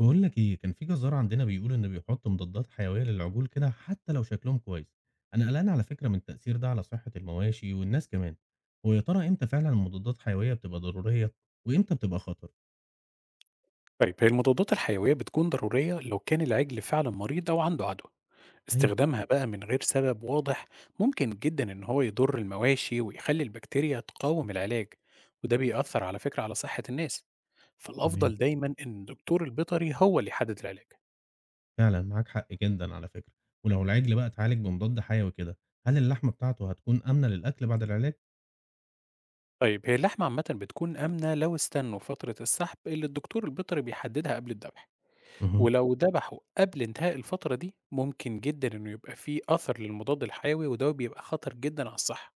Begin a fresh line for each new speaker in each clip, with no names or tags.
بقول لك ايه، كان في جزار عندنا بيقول انه بيحط مضادات حيويه للعجول كده حتى لو شكلهم كويس. انا قلقان على فكره من التاثير ده على صحه المواشي والناس كمان. هو يا ترى امتى فعلا المضادات الحيويه بتبقى ضروريه وامتى بتبقى خطر؟
طيب هي المضادات الحيوية بتكون ضرورية لو كان العجل فعلا مريض أو عنده عدوى.
ايوه.
استخدامها بقى من غير سبب واضح ممكن جدا إن هو يضر المواشي ويخلي البكتيريا تقاوم العلاج، وده بيأثر على فكرة على صحة الناس. فالأفضل
تمام.
دايما إن الدكتور البيطري هو اللي يحدد العلاج.
فعلا معاك حق جدا على فكره. ولو العجل بقى اتعالج بمضاد حيوي كده، هل اللحمه بتاعته هتكون امنه للاكل بعد العلاج؟
طيب هي اللحمة عامة بتكون آمنة لو استنوا فترة السحب اللي الدكتور البيطري بيحددها قبل الذبح.
مهم.
ولو ذبحوا قبل انتهاء الفترة دي ممكن جدا إنه يبقى فيه أثر للمضاد الحيوي، وده بيبقى خطر جدا على الصحة.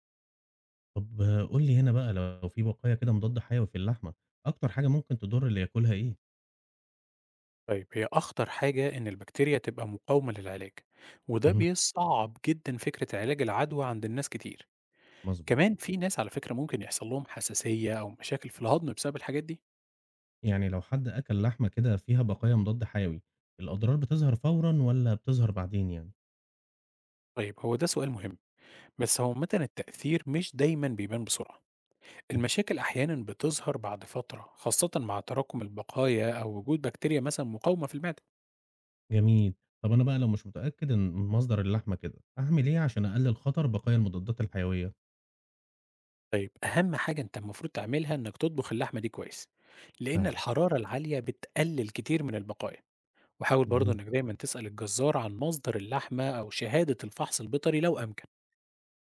طب آه، قول لي هنا بقى لو في بقايا كده مضاد حيوي في اللحمه، اكتر حاجه ممكن تضر اللي ياكلها ايه؟
طيب هي أخطر حاجة إن البكتيريا تبقى مقاومة للعلاج، وده
مهم.
بيصعب جدا فكرة علاج العدوى عند الناس كتير.
مظبوط.
كمان في ناس على فكرة ممكن يحصل لهم حساسية أو مشاكل في الهضم بسبب الحاجات دي.
يعني لو حد أكل لحمة كده فيها بقايا مضاد حيوي، الأضرار بتظهر فورًا والّا بتظهر بعدين يعني؟
طيب هو ده سؤال مهم، بس هو عامة التأثير مش دايما بيبان بسرعة.
حلو.
المشاكل أحيانا بتظهر بعد فترة خاصة مع تراكم البقايا أو وجود بكتيريا مثلا مقاومة في المعدة.
جميل. طب أنا بقى لو مش متأكد إن من مصدر اللحمة كده، أعمل إيه عشان أقلل خطر بقايا المضادات الحيوية؟
طيب أهم حاجة أنت المفروض تعملها إنك تطبخ اللحمة دي كويس، لأن
فعلًا.
الحرارة العالية بتقلل كتير من البقايا. وحاول برضه
جميل.
إنك دايمًا تسأل الجزار عن مصدر اللحمة أو شهادة الفحص البيطري لو أمكن.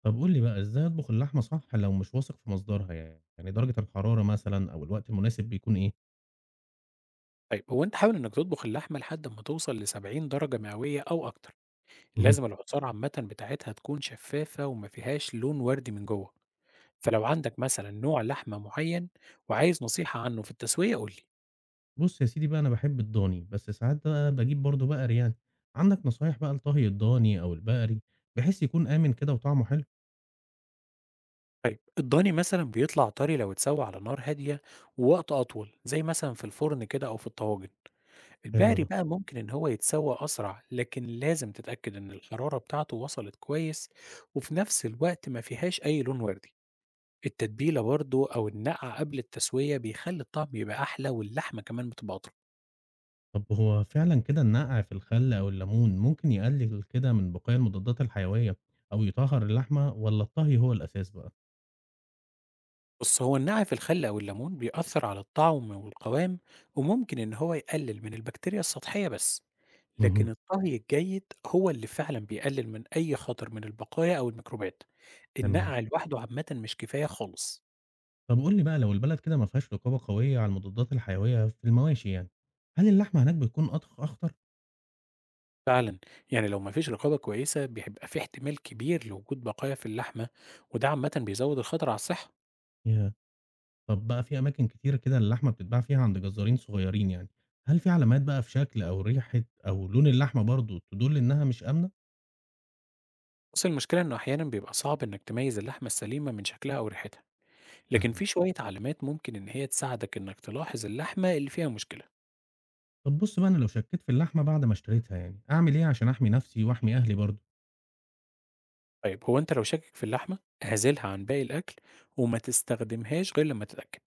طب قُل لي بقى إزاي أطبخ اللحمة صح لو مش واثق في مصدرها يعني؟ يعني درجة الحرارة مثلًا أو الوقت المناسب بيكون إيه؟
طيب هو أنت حاول إنك تطبخ اللحمة لحد ما توصل ل70 درجة مئوية أو أكتر.
اهم.
لازم العصارة عامةً بتاعتها تكون شفافة وما فيهاش لون وردي من جوه. فلو عندك مثلًا نوع لحمة معين وعايز نصيحة عنه في التسوية قُل لي.
بُص يا سيدي بقى، أنا باحب الضاني، بس ساعات بقى باجيب برضه بقري يعني. عندك نصايح بقى لطهي الضاني أو البقري بحيث يكون آمن كده وطعمه حلو؟
طيب الضاني مثلًا بيطلع طري لو اتسوى على نار هادية ووقت أطول زي مثلًا في الفرن كده أو في الطواجن.
حلو
البقري
ده.
بقى ممكن إن هو يتسوى أسرع، لكن لازم تتأكد إن الحرارة بتاعته وصلت كويس وفي نفس الوقت ما فيهاش أي لون وردي. التتبيلة برضه أو النقع قبل التسوية بيخلي الطعم يبقى أحلى واللحمة كمان بتبقى أطرى.
طب هو فعلًا كده النقع في الخل أو الليمون ممكن يقلل كده من بقايا المضادات الحيوية أو يطهّر اللحمة، والّا الطهي هو الأساس بقى؟
بص هو النقع في الخل أو الليمون بيأثر على الطعم والقوام وممكن إن هو يقلل من البكتيريا السطحية بس. لكن
اهم.
الطهي الجيد هو اللي فعلا بيقلل من أي خطر من البقايا أو الميكروبات.
تمام.
النقع لوحده عامة مش كفاية خالص.
طب قُل لي بقى لو البلد كده ما فيهاش رقابة قوية على المضادات الحيوية في المواشي يعني، هل اللحمة هناك بتكون أخطر؟
فعلا، يعني لو مفيش رقابة كويسة بيبقى في احتمال كبير لوجود بقايا في اللحمة، وده عامة بيزود الخطر على الصحة.
ياه! طب بقى في أماكن كتيرة كده اللحمة بتتباع فيها عند جزارين صغيرين يعني، هل في علامات بقى في شكل أو ريحة أو لون اللحمة برضه تدُل إنها مش آمنة؟
بس المشكلة إنه أحيانا بيبقى صعب إنك تميز اللحمة السليمة من شكلها أو ريحتها، لكن
فعلًا.
في شوية علامات ممكن إن هي تساعدك إنك تلاحظ اللحمة اللي فيها مشكلة.
طب بُص بقى، أنا لو شكّيت في اللحمة بعد ما اشتريتها يعني، أعمل إيه عشان أحمي نفسي وأحمي أهلي برضه؟
طيب هو أنت لو شاكك في اللحمة اعزلها عن باقي الأكل وما تستخدمهاش غير لما تتأكد.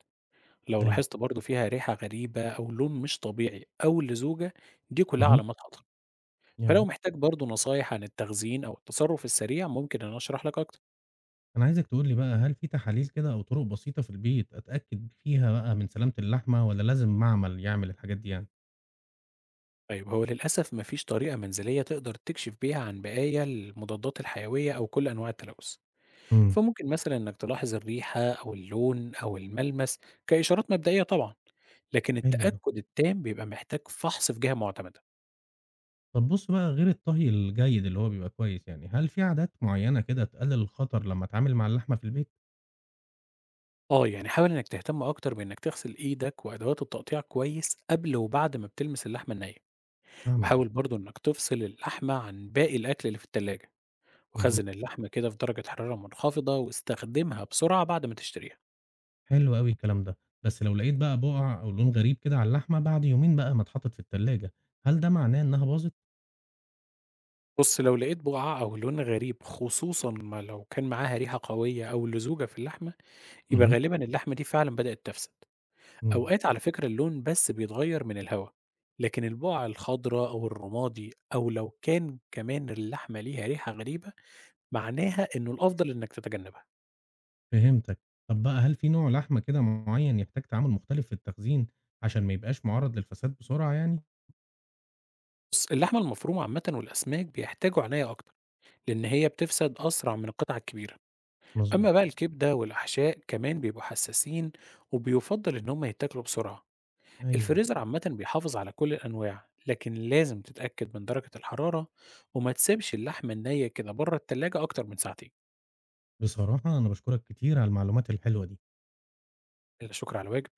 لو
أيوه.
لاحظت برضه فيها ريحة غريبة أو لون مش طبيعي أو لزوجة، دي كلها
اهم.
علامات خطر. فلو
ياه!
محتاج برضه نصايح عن التخزين أو التصرف السريع ممكن أنا أشرح لك أكتر.
أنا عايزك تقول لي بقى، هل في تحاليل كده أو طرق بسيطة في البيت أتأكد فيها بقى من سلامة اللحمة والّا لازم معمل يعمل الحاجات دي يعني؟
طيب هو للأسف مفيش طريقة منزلية تقدر تكشف بيها عن بقايا المضادات الحيوية أو كل أنواع التلوث.
إمم.
فممكن مثلا إنك تلاحظ الريحة أو اللون أو الملمس كإشارات مبدئية طبعا. لكن
حلو ده.
التأكد التام بيبقى محتاج فحص في جهة معتمدة.
طب بُص بقى، غير الطهي الجيد اللي هو بيبقى كويس يعني، هل في عادات معيّنة كده تقلل الخطر لمّا أتعامل مع اللحمة في البيت؟
آه يعني حاول إنك تهتم أكتر بإنك تغسل إيدك وأدوات التقطيع كويس قبل وبعد ما بتلمس اللحمة النية.
هاعمل ده.
وحاول برضه إنك تفصل اللحمة عن باقي الأكل اللي في التلاجة.
اهم.
وخزن اللحم كده في درجة حرارة منخفضة واستخدمها بسرعة بعد ما تشتريها.
حلو أوي الكلام ده. بس لو لقيت بقى بُقع أو لون غريب كده على اللحمة بعد يومين بقى ما اتحطت في التلاجة، هل ده معناه إنها باظت؟
بص لو لقيت بقعة أو لون غريب خصوصا ما لو كان معاها ريحة قوية أو لزوجة في اللحمة، يبقى
اهم.
غالبا اللحمة دي فعلا بدأت تفسد.
إمم.
أوقات على فكرة اللون بس بيتغير من الهواء، لكن البقع الخضراء أو الرمادي أو لو كان كمان اللحمة ليها ريحة غريبة معناها إنه الأفضل إنك تتجنبها.
فهمتك. طب بقى هل في نوع لحمة كده معين يحتاج تعامل مختلف في التخزين عشان ما يبقاش معرّض للفساد بسرعة يعني؟
بص اللحمة المفرومة عامة والأسماك بيحتاجوا عناية أكتر، لأن هي بتفسد أسرع من القطع الكبيرة.
مضبوط.
أما بقى الكبدة والأحشاء كمان بيبقوا حساسين وبيفضل إن هم يتاكلوا بسرعة.
أيوه، أيوه.
الفريزر عامة بيحافظ على كل الأنواع لكن لازم تتأكد من درجة الحرارة وما تسيبش اللحمة النية كده بره التلاجة أكتر من 2 ساعات.
بصراحة أنا باشكرك كتير على المعلومات الحلوة دي.
إلا شكر على الواجب.